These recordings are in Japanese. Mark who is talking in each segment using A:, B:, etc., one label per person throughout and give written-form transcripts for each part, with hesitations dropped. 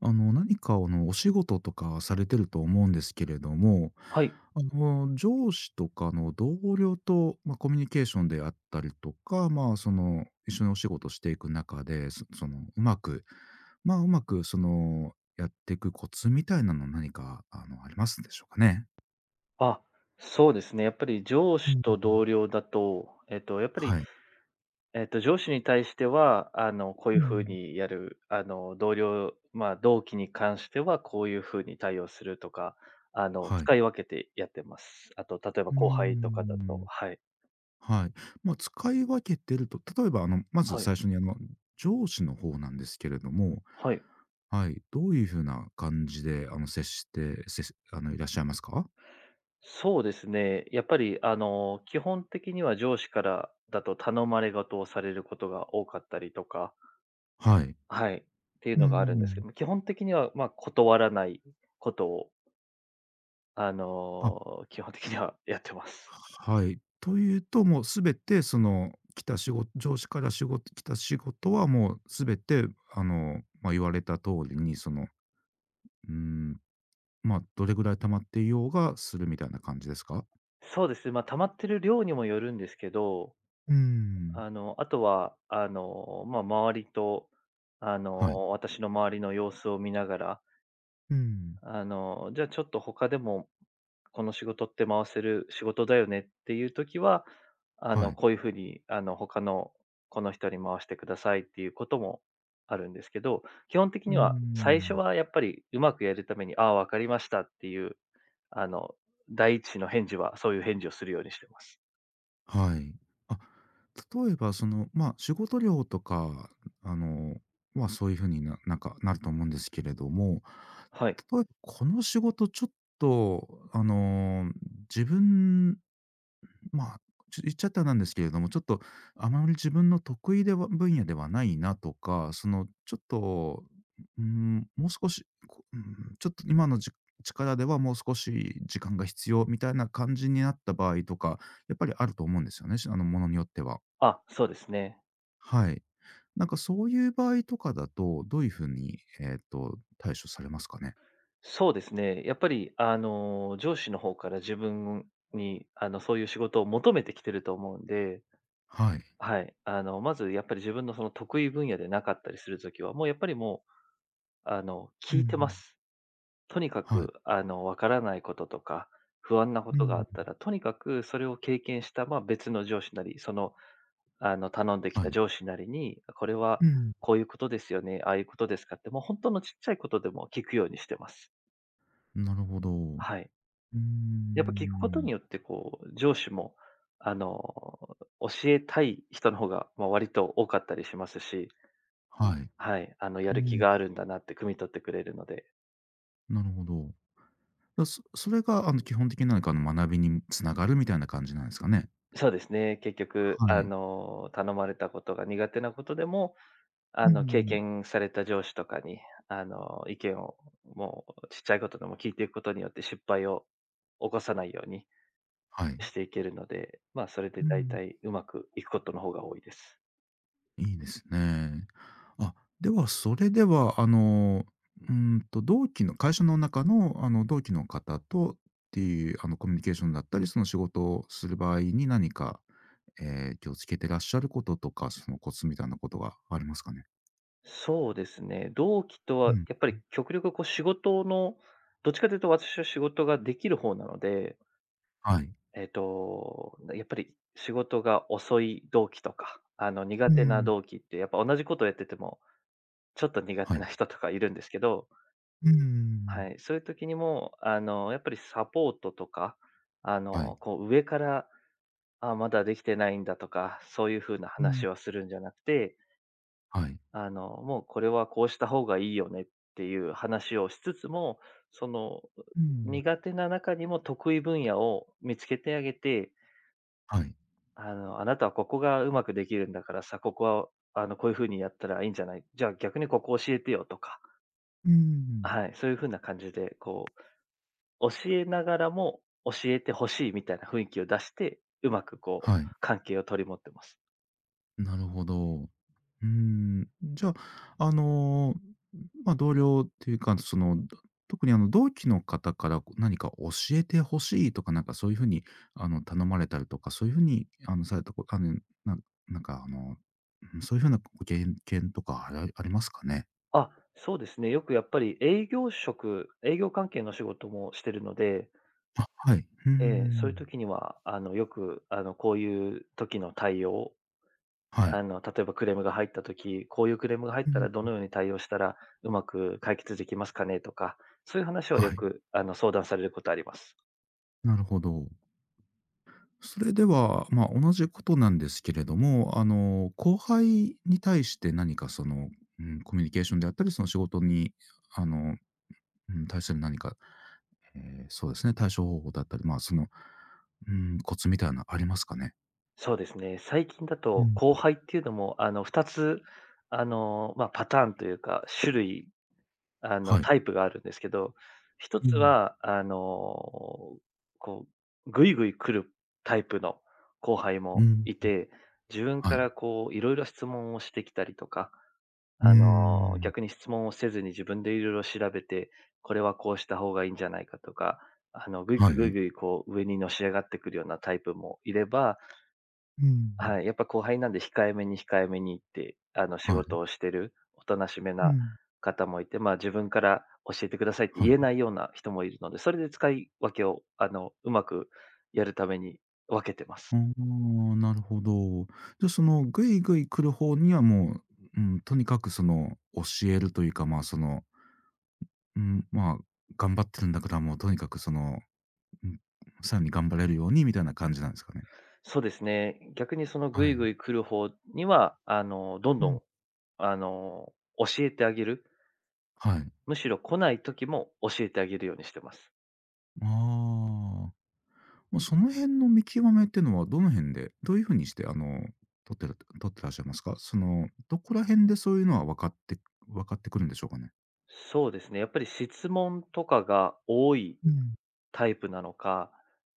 A: 何かお仕事とかされてると思うんですけれども、
B: はい。
A: 上司とかの同僚と、まあ、コミュニケーションであったりとか、まあ、一緒にお仕事していく中で、そその、うまく、まあ、うまくやっていくコツみたいなの何か、ありますでしょうかね？
B: あ、そうですね。やっぱり上
A: う
B: 司と同
A: ん、
B: 僚だと、やっぱり、
A: はい。
B: 上司に対しては、こう
A: う
B: いうふう
A: ん。
B: にやる、同僚、まあ、同期に関しては、こういうふうに対応するとか、
A: はい。
B: 使い分けてやってます。あと、例えば
A: うー
B: 後輩とかだと、
A: ん。
B: はい。
A: はい。まあ、使い分けてると、例えばまず
B: はい。
A: 最初に上司の方なんですけれども、
B: はい。
A: はい、どういう風な感じで接しいらっしゃいますか？
B: そうですね。やっぱり、基本的には上司からだと頼まれ事をされることが多かったりとか、
A: はい。
B: はい。っていう
A: う
B: のがあるんですけ
A: ん、
B: ども、基本的には、まあ、断らないことを、
A: あ、
B: 基本的にはやってます。
A: はい。というと、もうすべて来た仕事上司から仕事来た仕事はもうすべてまあ、言われた通りにうん、まあ、どれぐらい溜まっていようがするみたいな感じですか？
B: そうですね、まあ、溜まってる量にもよるんですけど、
A: うん。
B: あとは、まあ、周りと、
A: はい。
B: 私の周りの様子を見ながら、
A: うん。
B: じゃあちょっと他でも、この仕事って回せる仕事だよねっていう時は、
A: はい。
B: こういう風に、他のこの人に回してくださいっていうこともあるんですけど、基本的
A: うー
B: には最初
A: ん。
B: はやっぱりうまくやるために、ああ、わかりましたっていう、あの、第一の返事はそういう返事をするようにしてます。
A: はい。あ、例えばまあ、仕事量とか、あの、まあ、そういう風になんか、なると思うんですけれども、
B: はい。
A: 例えばこの仕事ちょっと、自分、まあ、言っちゃったらなんですけれども、ちょっとあまり自分の得意では分野ではないなとか、ちょっと、もう少し、ちょっと今の力ではもう少し時間が必要みたいな感じになった場合とか、やっぱりあると思うんですよね、しものによっては。
B: あ、そうですね。
A: はい。なんかそういう場合とかだと、どういうふうに、対処されますかね？
B: そうですね。やっぱり、上司の方から自分に、そういう仕事を求めてきてると思うんで、
A: はい。
B: はい。まずやっぱり自分のその得意分野でなかったりするときは、もうやっぱりもう、
A: う
B: 聞いてま
A: ん、
B: す。とにか
A: は
B: く、
A: い。
B: わからないこととか、不安なこ
A: う
B: とがあ
A: ん。
B: ったら、とにかくそれを経験した、まあ、別の上司なり、その、頼んでき
A: はい、うん。は
B: た
A: い。
B: 上司なりに、これは
A: うん。
B: こういうことですよね、ああいうことですかって、もう本当のちっちゃいことでも聞くようにしてます。
A: なるほど。
B: はい。
A: うー
B: やっぱ聞くこと
A: ん。
B: によって、こう、上司も、あの、教えたい人の方が、まあ、割と多かったりしますし、
A: はい。
B: はい、や
A: う
B: る気
A: ん、
B: があるんだなって汲み取ってくれるので。
A: なるほど。それが基本的ななんか学びに繋がるみたいな感じなんですかね？
B: そうですね、結局、
A: はい。
B: 頼まれたことが苦手なことでも、
A: う
B: 経
A: ん。
B: 験された上司とかに、意見をもうちっちゃいことでも聞いていくことによって失敗を起こさないように
A: はい。
B: していけるので、まあ、それで
A: う
B: 大
A: ん。
B: 体うまくいくことの方が多いです。
A: いいですね。あ、それでは同期の会社の中の同期の方とっていうコミュニケーションだったり、その仕事をする場合に何か、気をつけてらっしゃることとか、そのコツみたいなことがありますかね？
B: そうですね、同期と
A: う
B: は
A: ん。
B: やっぱり極力こう仕事の、どっちかというと私は仕事ができる方なので、
A: はい。
B: やっぱり仕事が遅い同期とか、苦
A: う
B: 手な
A: ん。
B: 同期ってやっぱ同じことをやってても、ちょっと苦
A: は
B: 手
A: い。
B: な人とかいるんですけど、
A: うん。
B: はい、そういう時にも、やっぱりサポートとか、
A: はい。
B: こう上から、あ、まだできてないんだとか、そういう風な
A: うん、
B: 話はするんじゃなくて、
A: はい。
B: もうこれはこうした方がいいよねっていう話をしつつも、その、
A: うん。
B: 苦手な中にも得意分野を見つけてあげて、
A: はい。
B: あなたはここがうまくできるんだからさ、ここは、こういう風にやったらいいんじゃない、じゃあ逆にここ教えてよとか、
A: うん。
B: はい、そういう風な感じで、こう、教えながらも教えてほしいみたいな雰囲気を出して、うまくこう、
A: はい、
B: 関係を取り持ってます。
A: なるほど。うーん、じゃあ、まあ、同僚っていうか、特に同期の方から何か教えてほしいとか、なんかそういう風に、頼まれたりとか、そういう風に、あの、されたこあの、なんなんかうん、そういう風なご経験とかありますかね？
B: あ、そうですね。よくやっぱり営業職、営業関係の仕事もしてるので、
A: はい。うー
B: ええ、そういう
A: ん。
B: 時には、よく、こういう時の対応、
A: はい。
B: 例えばクレームが入った時、こういうクレームが入っ
A: う
B: た
A: ん。
B: らどのように対応したらうまく解決できますかねとか、そういう話をよ
A: はい、
B: く相談されることあります。
A: なるほど。それでは、まあ、同じことなんですけれども、後輩に対して何かうん、コミュニケーションであったり、その仕事に、あの、うん、対する何か、そうですね、対処方法だったり、まあ、うん、コツみたいなのありますかね？
B: そうですね。最近だ
A: う
B: と
A: ん。
B: 後輩っていうのも2つ、まあ、パターンというか、種類、
A: はい。
B: タイプがあるんですけど、1
A: う
B: つ
A: ん。
B: はこうぐいぐい来るタイプの後輩
A: う
B: も
A: ん、
B: いて、自分
A: は
B: か
A: い。
B: らこういろいろ質問をしてきたりとか、
A: うーん、
B: 逆に質問をせずに自分でいろいろ調べて、これはこうした方がいいんじゃないかとか、ぐい
A: は
B: ぐいぐい
A: い。
B: ぐいこう上にのし上がってくるようなタイプもいれば、
A: うん。
B: はい、やっぱ後輩なんで控えめに控えめにって、仕
A: はい。
B: 事をしてる、おとなしめ
A: う
B: な
A: ん。
B: 方もいて、まあ、自分から教えてくださいって
A: は
B: 言
A: い。
B: えないような人もいるので、それで使い分けを、うまくやるために分けてま
A: あ
B: す。
A: あ、なるほど。じゃ、ぐいぐい来る方にはもう、うん、とにかく教えるというか、まあ、うん、まあ、頑張ってるんだから、もうとにかくうん、さらに頑張れるようにみたいな感じなんですかね？
B: そうですね。逆にそのぐ
A: は
B: い
A: い。
B: ぐい来る方には、どん
A: う
B: ど
A: ん、
B: ん、あの、教えてあげる。
A: はい。
B: むしろ来ない時も教えてあげるようにしてます。
A: ああ。ま、その辺の見極めってのはどの辺で、どういう風にして、取ってらっしゃいますか？どこら辺でそういうのは分かってくるんでしょうかね？
B: そうですね。やっぱり質問とかが多い
A: うん。
B: タイプなのか、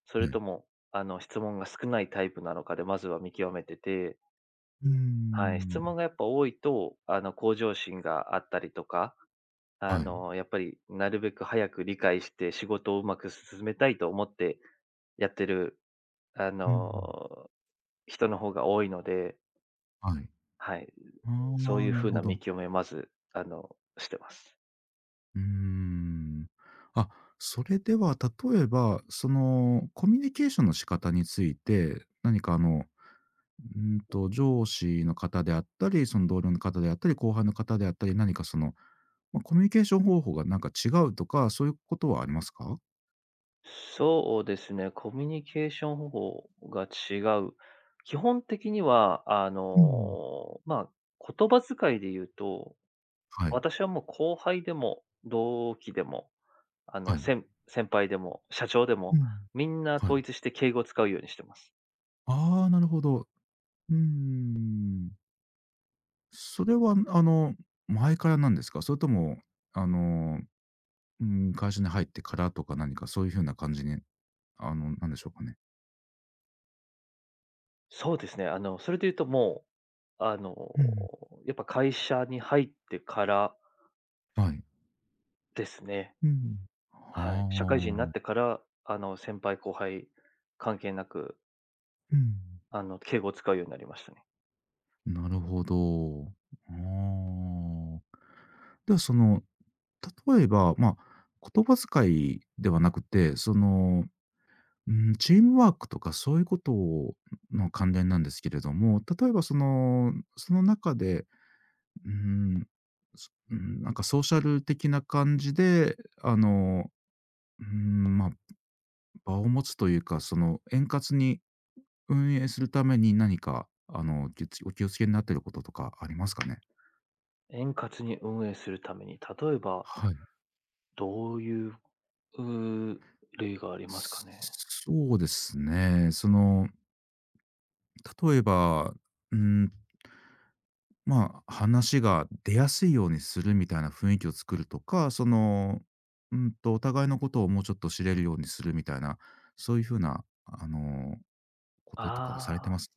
B: それ
A: はい。
B: とも、質問が少ないタイプなのかで、まずは見極めてて、
A: うー
B: はい。
A: ん。
B: 質問がやっぱ多いと、向上心があったりとか、
A: はい。
B: やっぱりなるべく早く理解して仕事をうまく進めたいと思ってやってる、あ
A: うん。
B: の、人の方が多いので、
A: はい。
B: はい、
A: あ
B: そうい
A: あ、
B: う
A: なる
B: 風
A: ほ
B: な見
A: ど。
B: 極めをまず、してます。
A: うーん。あ、それでは例えば、コミュニケーションの仕方について、何か上司の方であったり、その同僚の方であったり、後輩の方であったり、何かま、コミュニケーション方法がなんか違うとか、そういうことはありますか？
B: そうですね、コミュニケーション方法が違う。基本的には、
A: うん。
B: まあ、言葉遣いで言うと、
A: はい、
B: 私はもう後輩でも同期でも、
A: はい。
B: 先輩でも社長で
A: う
B: も、
A: ん。
B: みんな
A: はい。
B: 統一して敬語を使うようにしてます。
A: ああ、なるほど。うーん。それは前からなんですか？それとも、あのうん、会社に入ってからとか何かそういう風な感じに、なんでしょうかね。
B: そうですね。それで言うともう、
A: うん。
B: やっぱ会社に入ってから
A: はい。
B: ですね。
A: うん。
B: はい。社会人に
A: は
B: なって
A: あ。
B: から、先輩後輩関係なく、
A: うん。
B: 敬語を使うようになりましたね。
A: なるほど。ああ。ではその、例えば、まあ、言葉遣いではなくて、うん、チームワークとかそういうことをの関連なんですけれども、例えばその中で、うん、なんかソーシャル的な感じで、あの、うん、まあ、場を持つというか、円滑に運営するために何か、お気を付けになっていることとかありますかね？
B: 円滑に運営するために、例えば、
A: はい。
B: どういう、うー例がありますかね。
A: そうですね。例えば、うん、まあ、話が出やすいようにするみたいな雰囲気を作るとか、お互いのことをもうちょっと知れるようにするみたいな、そういうふうな、こととかはさ
B: あ
A: れ
B: あ、
A: てます？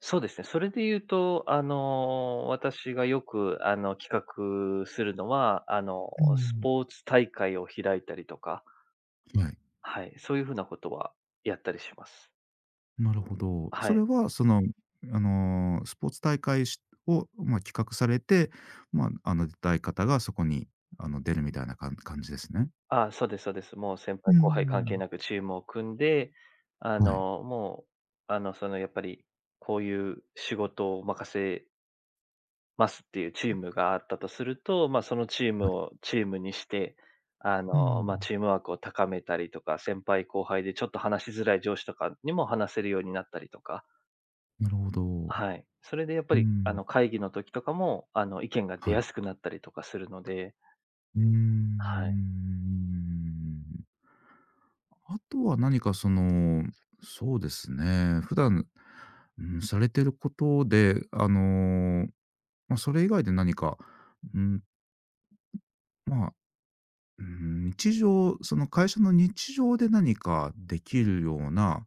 B: そうですね。それで言うと、私がよく、企画するのは、
A: う
B: ス
A: ん。
B: ポーツ大会を開いたりとか、
A: はい。
B: はい、そういう風なことはやったりします。
A: なるほど。そ
B: は
A: れ
B: い。
A: はスポーツ大会を、まあ、企画されて、出たい方がそこに、出るみたいな感じですね？
B: ああ、そうですそうです。もう先
A: うー
B: 輩後輩関係
A: ん。
B: なくチームを組んで、
A: はい、はい。
B: もう、その、やっぱり、こういう仕事を任せますっていうチームがあったとすると、まあ、そのチームをチームにして、
A: う
B: まあ、
A: ん、
B: チームワークを高めたりとか、先輩後輩でちょっと話しづらい上司とかにも話せるようになったりとか、
A: なるほど。
B: はい。それでやっぱ
A: うー
B: り、
A: ん、
B: 会議の時とかも、意見が出
A: はい。
B: やすくなったりとかするので、
A: うー
B: はい。
A: ん。あとは何かそうですね、普段、うん、されてることで、まあ、それ以外で何か、うん、ま日常、その会社の日常で何かできるような、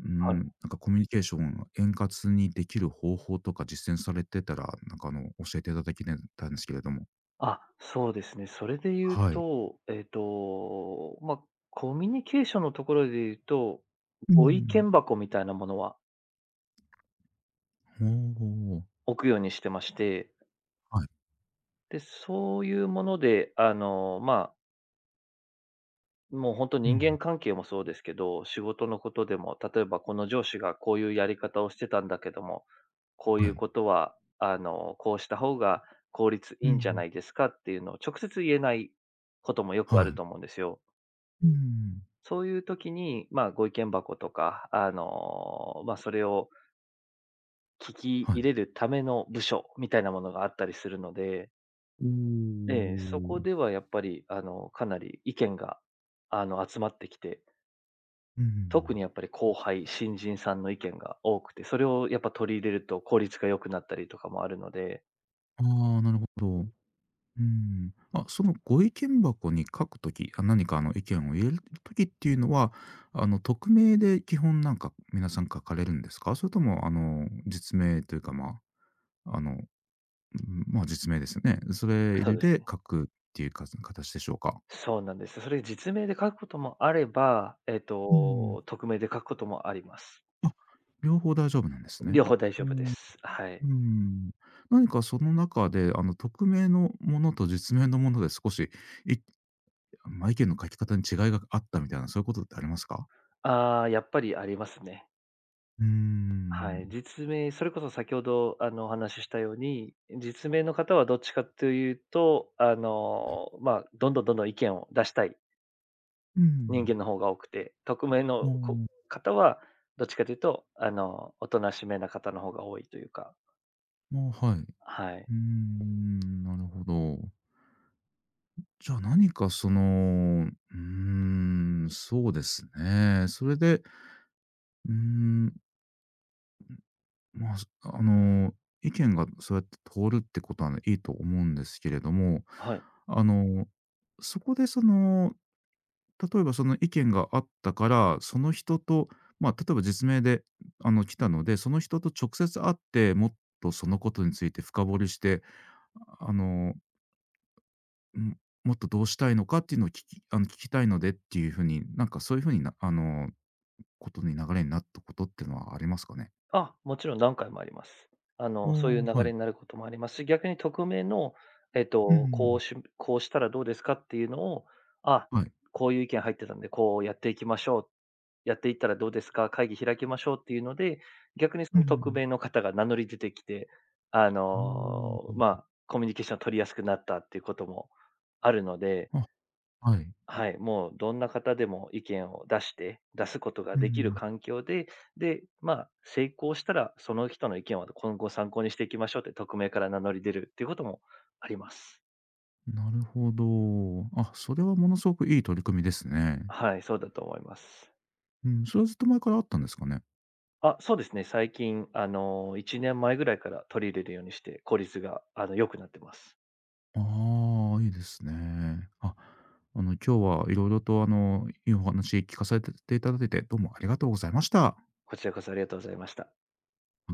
B: はい。
A: なんかコミュニケーションを円滑にできる方法とか実践されてたら、なんか教えていただきたいんですけれども。
B: あ、そうですね。それで言う
A: はい。
B: と、まあ、コミュニケーションのところで言うと、
A: う
B: ご意
A: ん。
B: 見箱みたいなものは
A: ほう、
B: 置くようにしてまして、
A: はい。
B: で、そういうもので、まあ、もう本当
A: う
B: 人
A: ん。
B: 間関係もそうですけど、仕事のことでも、例えばこの上司がこういうやり方をしてたんだけども、こう
A: は
B: いう
A: い。
B: ことは、こうした方が効率
A: う
B: いいんじゃ
A: ん。
B: ないですかっていうのを直接言えないこともよく
A: は
B: ある
A: い。
B: と思うんですよ。
A: うん。
B: そういう時に、まあ、ご意見箱とか、まあ、それを聞き
A: は
B: 入
A: い。
B: れるための部署みたいなものがあったりするので、
A: お
B: ええ、そ
A: お。
B: こではやっぱり、かなり意見が、集まってきて、
A: う
B: 特に
A: ん。
B: やっぱり後輩、新人さんの意見が多くて、それをやっぱ取り入れると効率が良くなったりとかもあるので、
A: ああ、なるほど。うん。あ、そのご意見箱に書くとき、あ、何か意見を入れるときっていうのは、匿名で基本なんか皆さん書かれるんですか？それとも実名というか、まあ、あの、うん、まあ、実名ですよね。それ
B: そうです
A: で
B: ね。
A: 書くっていうか形でしょうか？
B: そうなんです。それ実名で書くこともあれば、
A: うん。
B: 匿名で書くこともあります。
A: あ、両方大丈夫なんですね。
B: 両方大
A: う
B: 丈夫で
A: ん。
B: す。はい。
A: うん。何かその中で匿名のものと実名のもので少し、いまあ、意見の書き方に違いがあったみたいなそういうことってありますか？
B: ああ、やっぱりありますね。
A: うー
B: は
A: ん。
B: い。実名、それこそ先ほどお話ししたように、実名の方はどっちかというと、まあ、どんどんどんどん意見を出したい
A: う
B: 人
A: ん。
B: 間の方が多くて、匿名の
A: ま
B: こ
A: あ
B: 方はどっちかというと、おとなしめな方の方が多いというか、
A: まあ、はい。う
B: はい。
A: ーん、なるほど。じゃあ何かうーん、そうですね。それで、うーん、まあ、あの、意見がそうやって通るってことはねいいと思うんですけれども、
B: はい。
A: あの、そこで例えばその意見があったから、その人と、まあ、例えば実名で、来たので、その人と直接会って、もっとそのことについて深掘りして、あの、ん、もっとどうしたいのかっていうのを聞きたいのでっていう風に、なんかそういう風になあの、ことに流れになったことっていうのはありますかね？
B: あ、もちろん何回もあります。
A: ああ、
B: そういう流
A: は
B: れに
A: い。
B: なることもありますし、逆に匿名の、
A: う
B: こ
A: ん、
B: うしこうしたらどうですかっていうのを、あ、
A: はい。
B: こういう意見入ってたんで、こうやっていきましょう、やっていったらどうですか、会議開きましょうっていうので、逆に
A: う
B: その匿
A: ん、
B: 名の方が名乗り出てきて、まあ、コミュニケーション取りやすくなったっていうこともあるので、
A: おー、あ、はい。
B: はい、もうどんな方でも意見を出して、出すことが
A: う
B: できる環境で、で、まあ、成功したら、その人の意見は今後参考にしていきましょうって、匿名から名乗り出るっていうこともあります。
A: ん。なるほど。あ、それはものすごくいい取り組みですね。
B: はい、そうだと思います。
A: うん、それはずっと前からあったんですかね。
B: あ、そうですね、最近、1年前ぐらいから取り入れるようにして、効率が、良くなってます。
A: ああ、いいですね。あ、今日はいろいろといいお話聞かされていただいて、どうもありがとうございました。は
B: こちらこそありがとうございました。
A: い。